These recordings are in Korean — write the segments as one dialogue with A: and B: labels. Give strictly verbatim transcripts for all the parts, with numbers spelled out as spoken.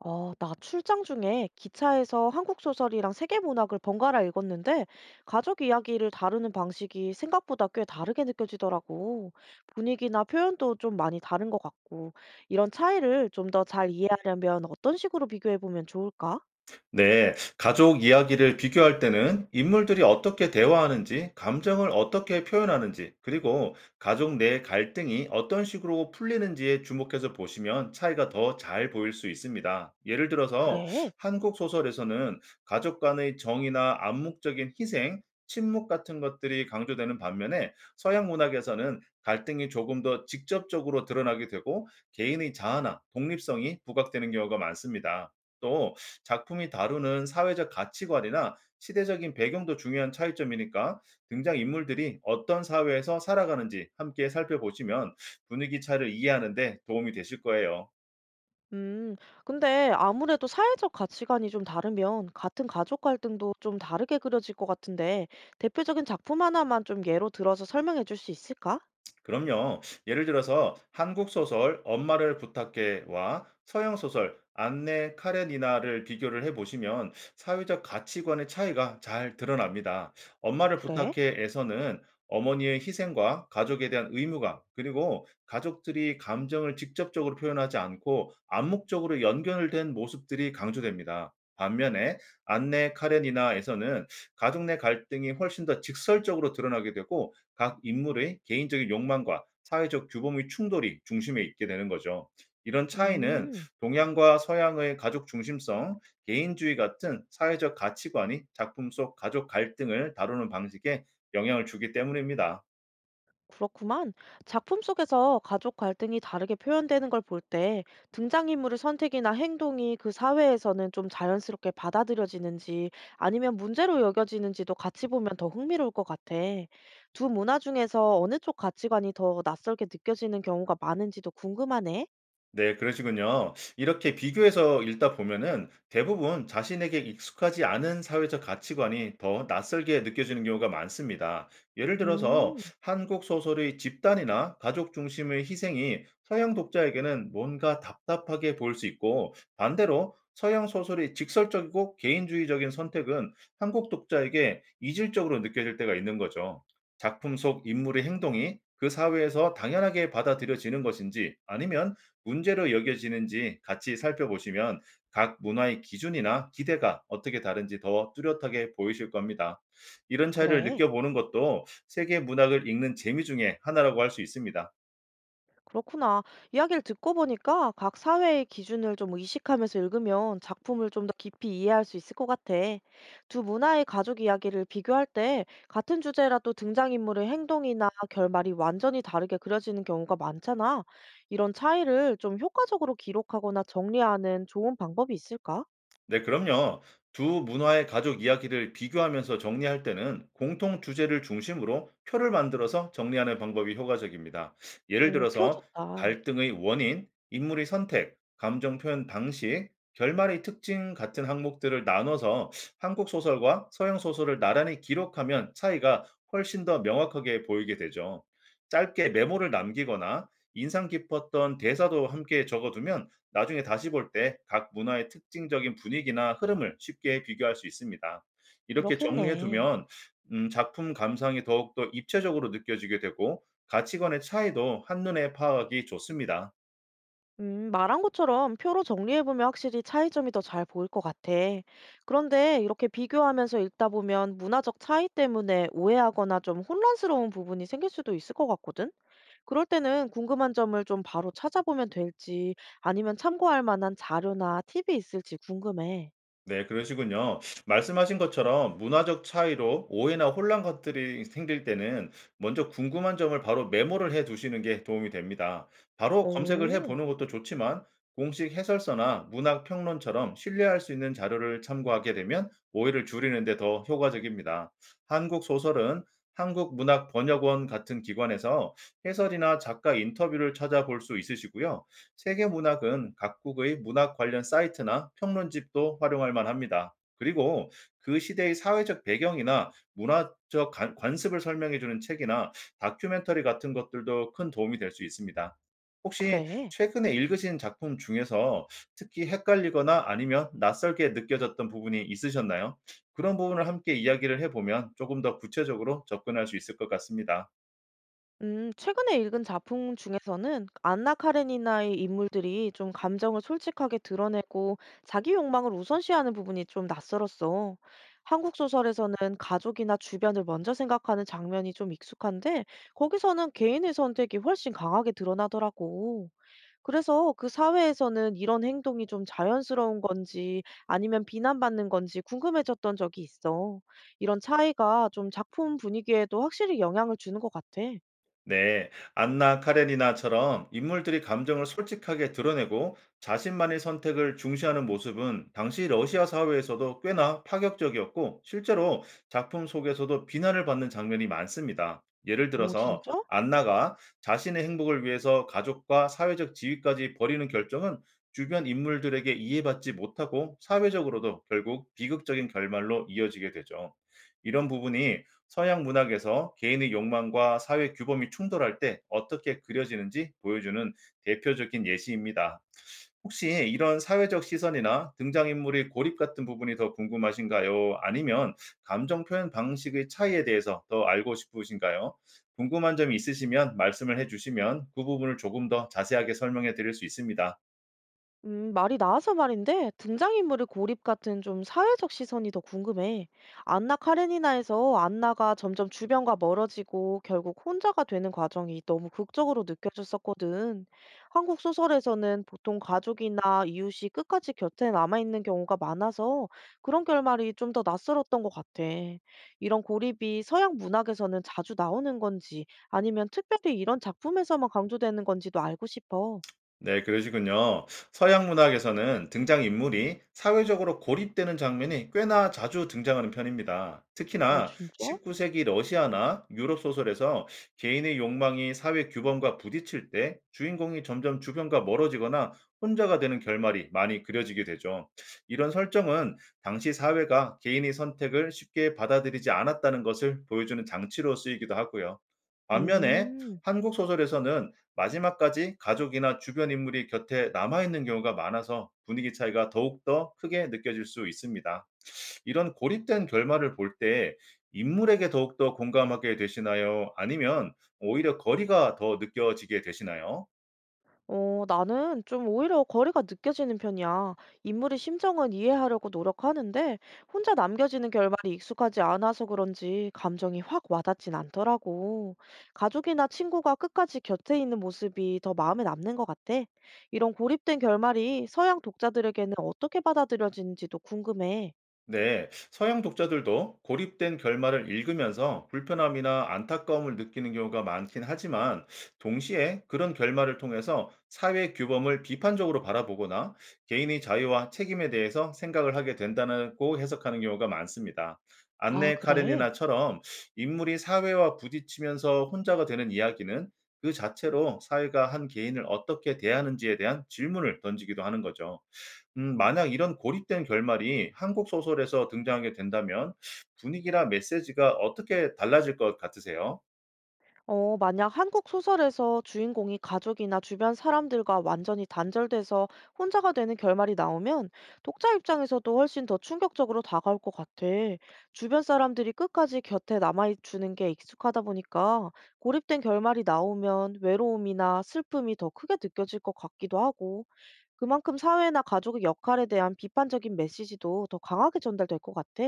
A: 아, 나 출장 중에 기차에서 한국 소설이랑 세계 문학을 번갈아 읽었는데 가족 이야기를 다루는 방식이 생각보다 꽤 다르게 느껴지더라고. 분위기나 표현도 좀 많이 다른 것 같고 이런 차이를 좀 더 잘 이해하려면 어떤 식으로 비교해 보면 좋을까?
B: 네, 가족 이야기를 비교할 때는 인물들이 어떻게 대화하는지, 감정을 어떻게 표현하는지, 그리고 가족 내 갈등이 어떤 식으로 풀리는지에 주목해서 보시면 차이가 더 잘 보일 수 있습니다. 예를 들어서
A: 그래.
B: 한국 소설에서는 가족 간의 정의나 암묵적인 희생, 침묵 같은 것들이 강조되는 반면에 서양 문학에서는 갈등이 조금 더 직접적으로 드러나게 되고 개인의 자아나 독립성이 부각되는 경우가 많습니다. 또 작품이 다루는 사회적 가치관이나 시대적인 배경도 중요한 차이점이니까 등장인물들이 어떤 사회에서 살아가는지 함께 살펴보시면 분위기 차를 이해하는 데 도움이 되실 거예요.
A: 음, 근데 아무래도 사회적 가치관이 좀 다르면 같은 가족 갈등도 좀 다르게 그려질 것 같은데 대표적인 작품 하나만 좀 예로 들어서 설명해 줄 수 있을까?
B: 그럼요. 예를 들어서 한국 소설 엄마를 부탁해와 서양 소설 안내 카레니나를 비교를 해 보시면 사회적 가치관의 차이가 잘 드러납니다. 엄마를
A: 그래.
B: 부탁해에서는 어머니의 희생과 가족에 대한 의무감, 그리고 가족들이 감정을 직접적으로 표현하지 않고 암묵적으로 연결된 모습들이 강조됩니다. 반면에 안내 카레니나에서는 가족 내 갈등이 훨씬 더 직설적으로 드러나게 되고 각 인물의 개인적인 욕망과 사회적 규범의 충돌이 중심에 있게 되는 거죠. 이런 차이는
A: 음.
B: 동양과 서양의 가족 중심성, 개인주의 같은 사회적 가치관이 작품 속 가족 갈등을 다루는 방식에 영향을 주기 때문입니다.
A: 그렇구만. 작품 속에서 가족 갈등이 다르게 표현되는 걸 볼 때 등장인물의 선택이나 행동이 그 사회에서는 좀 자연스럽게 받아들여지는지 아니면 문제로 여겨지는지도 같이 보면 더 흥미로울 것 같아. 두 문화 중에서 어느 쪽 가치관이 더 낯설게 느껴지는 경우가 많은지도 궁금하네.
B: 네, 그러시군요. 이렇게 비교해서 읽다 보면은 대부분 자신에게 익숙하지 않은 사회적 가치관이 더 낯설게 느껴지는 경우가 많습니다. 예를 들어서
A: 음,
B: 한국 소설의 집단이나 가족 중심의 희생이 서양 독자에게는 뭔가 답답하게 보일 수 있고, 반대로 서양 소설의 직설적이고 개인주의적인 선택은 한국 독자에게 이질적으로 느껴질 때가 있는 거죠. 작품 속 인물의 행동이 그 사회에서 당연하게 받아들여지는 것인지 아니면 문제로 여겨지는지 같이 살펴보시면 각 문화의 기준이나 기대가 어떻게 다른지 더 뚜렷하게 보이실 겁니다. 이런 차이를
A: 그래.
B: 느껴보는 것도 세계 문학을 읽는 재미 중에 하나라고 할 수 있습니다.
A: 그렇구나. 이야기를 듣고 보니까 각 사회의 기준을 좀 의식하면서 읽으면 작품을 좀 더 깊이 이해할 수 있을 것 같아. 두 문화의 가족 이야기를 비교할 때 같은 주제라도 등장인물의 행동이나 결말이 완전히 다르게 그려지는 경우가 많잖아. 이런 차이를 좀 효과적으로 기록하거나 정리하는 좋은 방법이 있을까?
B: 네, 그럼요. 두 문화의 가족 이야기를 비교하면서 정리할 때는 공통 주제를 중심으로 표를 만들어서 정리하는 방법이 효과적입니다. 예를
A: 오, 표
B: 들어서
A: 좋다.
B: 갈등의 원인, 인물의 선택, 감정 표현 방식, 결말의 특징 같은 항목들을 나눠서 한국 소설과 서양 소설을 나란히 기록하면 차이가 훨씬 더 명확하게 보이게 되죠. 짧게 메모를 남기거나 인상 깊었던 대사도 함께 적어두면 나중에 다시 볼 때 각 문화의 특징적인 분위기나 흐름을 쉽게 비교할 수 있습니다. 이렇게 정리해
A: 그렇겠네.
B: 두면 음 작품 감상이 더욱더 입체적으로 느껴지게 되고 가치관의 차이도 한눈에 파악하기 좋습니다.
A: 음, 말한 것처럼 표로 정리해보면 확실히 차이점이 더 잘 보일 것 같아. 그런데 이렇게 비교하면서 읽다 보면 문화적 차이 때문에 오해하거나 좀 혼란스러운 부분이 생길 수도 있을 것 같거든? 그럴 때는 궁금한 점을 좀 바로 찾아보면 될지 아니면 참고할 만한 자료나 팁이 있을지 궁금해.
B: 네, 그러시군요. 말씀하신 것처럼 문화적 차이로 오해나 혼란 것들이 생길 때는 먼저 궁금한 점을 바로 메모를 해 두시는 게 도움이 됩니다. 바로 검색을 해
A: 오,
B: 보는 것도 좋지만 공식 해설서나 문학 평론처럼 신뢰할 수 있는 자료를 참고하게 되면 오해를 줄이는 데 더 효과적입니다. 한국 소설은 한국문학번역원 같은 기관에서 해설이나 작가 인터뷰를 찾아볼 수 있으시고요. 세계 문학은 각국의 문학 관련 사이트나 평론집도 활용할 만합니다. 그리고 그 시대의 사회적 배경이나 문화적 관- 관습을 설명해주는 책이나 다큐멘터리 같은 것들도 큰 도움이 될 수 있습니다. 혹시
A: 그래.
B: 최근에 읽으신 작품 중에서 특히 헷갈리거나 아니면 낯설게 느껴졌던 부분이 있으셨나요? 그런 부분을 함께 이야기를 해보면 조금 더 구체적으로 접근할 수 있을 것 같습니다.
A: 음, 최근에 읽은 작품 중에서는 안나 카레니나의 인물들이 좀 감정을 솔직하게 드러내고 자기 욕망을 우선시하는 부분이 좀 낯설었어. 한국 소설에서는 가족이나 주변을 먼저 생각하는 장면이 좀 익숙한데 거기서는 개인의 선택이 훨씬 강하게 드러나더라고. 그래서 그 사회에서는 이런 행동이 좀 자연스러운 건지 아니면 비난받는 건지 궁금해졌던 적이 있어. 이런 차이가 좀 작품 분위기에도 확실히 영향을 주는 것 같아.
B: 네, 안나 카레니나처럼 인물들이 감정을 솔직하게 드러내고 자신만의 선택을 중시하는 모습은 당시 러시아 사회에서도 꽤나 파격적이었고, 실제로 작품 속에서도 비난을 받는 장면이 많습니다. 예를
A: 오
B: 들어서
A: 진짜?
B: 안나가 자신의 행복을 위해서 가족과 사회적 지위까지 버리는 결정은 주변 인물들에게 이해받지 못하고 사회적으로도 결국 비극적인 결말로 이어지게 되죠. 이런 부분이 서양 문학에서 개인의 욕망과 사회 규범이 충돌할 때 어떻게 그려지는지 보여주는 대표적인 예시입니다. 혹시 이런 사회적 시선이나 등장인물의 고립 같은 부분이 더 궁금하신가요? 아니면 감정 표현 방식의 차이에 대해서 더 알고 싶으신가요? 궁금한 점이 있으시면 말씀을 해주시면 그 부분을 조금 더 자세하게 설명해 드릴 수 있습니다.
A: 음 말이 나와서 말인데 등장인물의 고립 같은 좀 사회적 시선이 더 궁금해. 안나 카레니나에서 안나가 점점 주변과 멀어지고 결국 혼자가 되는 과정이 너무 극적으로 느껴졌었거든. 한국 소설에서는 보통 가족이나 이웃이 끝까지 곁에 남아있는 경우가 많아서 그런 결말이 좀 더 낯설었던 것 같아. 이런 고립이 서양 문학에서는 자주 나오는 건지 아니면 특별히 이런 작품에서만 강조되는 건지도 알고 싶어.
B: 네, 그러시군요. 서양 문학에서는 등장인물이 사회적으로 고립되는 장면이 꽤나 자주 등장하는 편입니다.
A: 어
B: 특히나
A: 진짜?
B: 십구 세기 러시아나 유럽 소설에서 개인의 욕망이 사회 규범과 부딪힐 때 주인공이 점점 주변과 멀어지거나 혼자가 되는 결말이 많이 그려지게 되죠. 이런 설정은 당시 사회가 개인의 선택을 쉽게 받아들이지 않았다는 것을 보여주는 장치로 쓰이기도 하고요. 반면에
A: 음.
B: 한국 소설에서는 마지막까지 가족이나 주변 인물이 곁에 남아있는 경우가 많아서 분위기 차이가 더욱더 크게 느껴질 수 있습니다. 이런 고립된 결말을 볼 때 인물에게 더욱더 공감하게 되시나요? 아니면 오히려 거리가 더 느껴지게 되시나요?
A: 어 나는 좀 오히려 거리가 느껴지는 편이야. 인물의 심정은 이해하려고 노력하는데 혼자 남겨지는 결말이 익숙하지 않아서 그런지 감정이 확 와닿진 않더라고. 가족이나 친구가 끝까지 곁에 있는 모습이 더 마음에 남는 것 같아. 이런 고립된 결말이 서양 독자들에게는 어떻게 받아들여지는지도 궁금해.
B: 네, 서양 독자들도 고립된 결말을 읽으면서 불편함이나 안타까움을 느끼는 경우가 많긴 하지만, 동시에 그런 결말을 통해서 사회 규범을 비판적으로 바라보거나 개인의 자유와 책임에 대해서 생각을 하게 된다고 해석하는 경우가 많습니다.
A: 아,
B: 안네
A: 그래?
B: 카레니나처럼 인물이 사회와 부딪히면서 혼자가 되는 이야기는 그 자체로 사회가 한 개인을 어떻게 대하는지에 대한 질문을 던지기도 하는 거죠. 음 만약 이런 고립된 결말이 한국 소설에서 등장하게 된다면 분위기나 메시지가 어떻게 달라질 것 같으세요?
A: 어, 만약 한국 소설에서 주인공이 가족이나 주변 사람들과 완전히 단절돼서 혼자가 되는 결말이 나오면 독자 입장에서도 훨씬 더 충격적으로 다가올 것 같아. 주변 사람들이 끝까지 곁에 남아주는 게 익숙하다 보니까 고립된 결말이 나오면 외로움이나 슬픔이 더 크게 느껴질 것 같기도 하고 그만큼 사회나 가족의 역할에 대한 비판적인 메시지도 더 강하게 전달될 것 같아.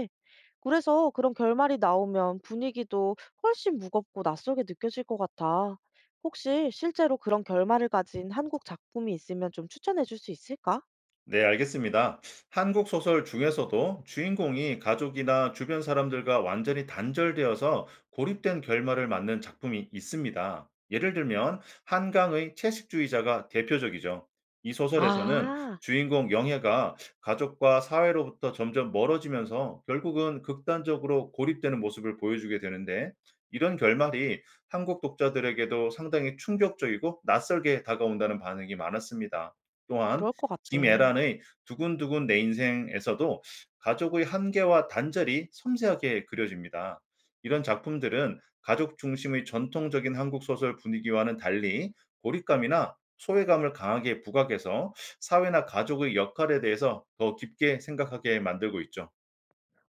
A: 그래서 그런 결말이 나오면 분위기도 훨씬 무겁고 낯설게 느껴질 것 같아. 혹시 실제로 그런 결말을 가진 한국 작품이 있으면 좀 추천해 줄 수 있을까?
B: 네, 알겠습니다. 한국 소설 중에서도 주인공이 가족이나 주변 사람들과 완전히 단절되어서 고립된 결말을 맞는 작품이 있습니다. 예를 들면 한강의 채식주의자가 대표적이죠. 이 소설에서는
A: 아,
B: 주인공 영애가 가족과 사회로부터 점점 멀어지면서 결국은 극단적으로 고립되는 모습을 보여주게 되는데, 이런 결말이 한국 독자들에게도 상당히 충격적이고 낯설게 다가온다는 반응이 많았습니다. 또한
A: 그럴 것 같아.
B: 김애란의 "두근두근 내 인생에서도 가족의 한계와 단절이 섬세하게 그려집니다. 이런 작품들은 가족 중심의 전통적인 한국 소설 분위기와는 달리 고립감이나 소외감을 강하게 부각해서 사회나 가족의 역할에 대해서 더 깊게 생각하게 만들고 있죠.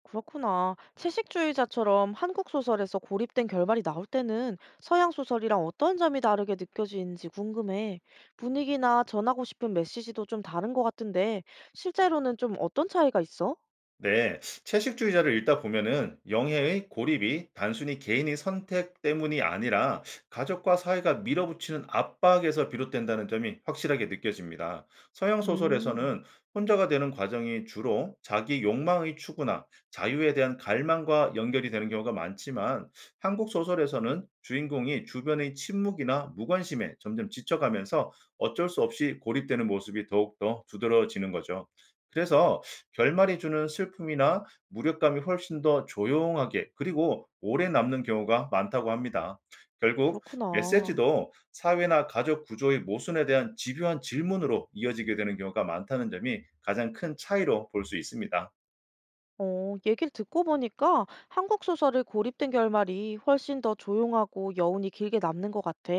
A: 그렇구나. 채식주의자처럼 한국 소설에서 고립된 결말이 나올 때는 서양 소설이랑 어떤 점이 다르게 느껴지는지 궁금해. 분위기나 전하고 싶은 메시지도 좀 다른 것 같은데, 실제로는 좀 어떤 차이가 있어?
B: 네, 채식주의자를 읽다 보면은 영해의 고립이 단순히 개인의 선택 때문이 아니라 가족과 사회가 밀어붙이는 압박에서 비롯된다는 점이 확실하게 느껴집니다. 서양
A: 음,
B: 소설에서는 혼자가 되는 과정이 주로 자기 욕망의 추구나 자유에 대한 갈망과 연결이 되는 경우가 많지만, 한국 소설에서는 주인공이 주변의 침묵이나 무관심에 점점 지쳐가면서 어쩔 수 없이 고립되는 모습이 더욱더 두드러지는 거죠. 그래서 결말이 주는 슬픔이나 무력감이 훨씬 더 조용하게, 그리고 오래 남는 경우가 많다고 합니다. 결국
A: 그렇구나.
B: 메시지도 사회나 가족 구조의 모순에 대한 집요한 질문으로 이어지게 되는 경우가 많다는 점이 가장 큰 차이로 볼 수 있습니다.
A: 어, 얘기를 듣고 보니까 한국 소설의 고립된 결말이 훨씬 더 조용하고 여운이 길게 남는 것 같아.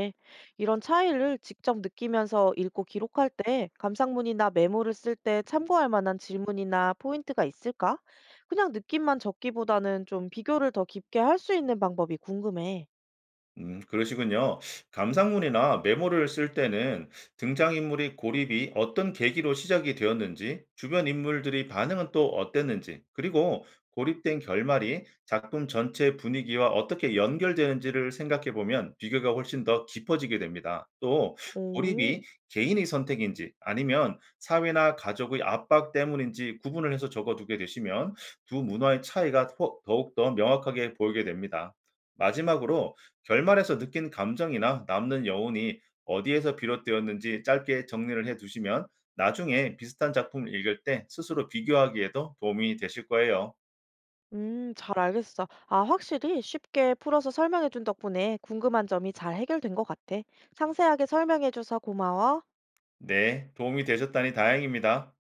A: 이런 차이를 직접 느끼면서 읽고 기록할 때 감상문이나 메모를 쓸 때 참고할 만한 질문이나 포인트가 있을까? 그냥 느낌만 적기보다는 좀 비교를 더 깊게 할 수 있는 방법이 궁금해.
B: 음 그러시군요. 감상문이나 메모를 쓸 때는 등장인물의 고립이 어떤 계기로 시작이 되었는지, 주변 인물들의 반응은 또 어땠는지, 그리고 고립된 결말이 작품 전체 분위기와 어떻게 연결되는지를 생각해 보면 비교가 훨씬 더 깊어지게 됩니다. 또
A: 오,
B: 고립이 개인의 선택인지 아니면 사회나 가족의 압박 때문인지 구분을 해서 적어두게 되시면 두 문화의 차이가 더욱 더 명확하게 보이게 됩니다. 마지막으로 결말에서 느낀 감정이나 남는 여운이 어디에서 비롯되었는지 짧게 정리를 해 두시면 나중에 비슷한 작품을 읽을 때 스스로 비교하기에도 도움이 되실 거예요.
A: 음, 잘 알겠어. 아, 확실히 쉽게 풀어서 설명해준 덕분에 궁금한 점이 잘 해결된 것 같아. 상세하게 설명해줘서 고마워.
B: 네, 도움이 되셨다니 다행입니다.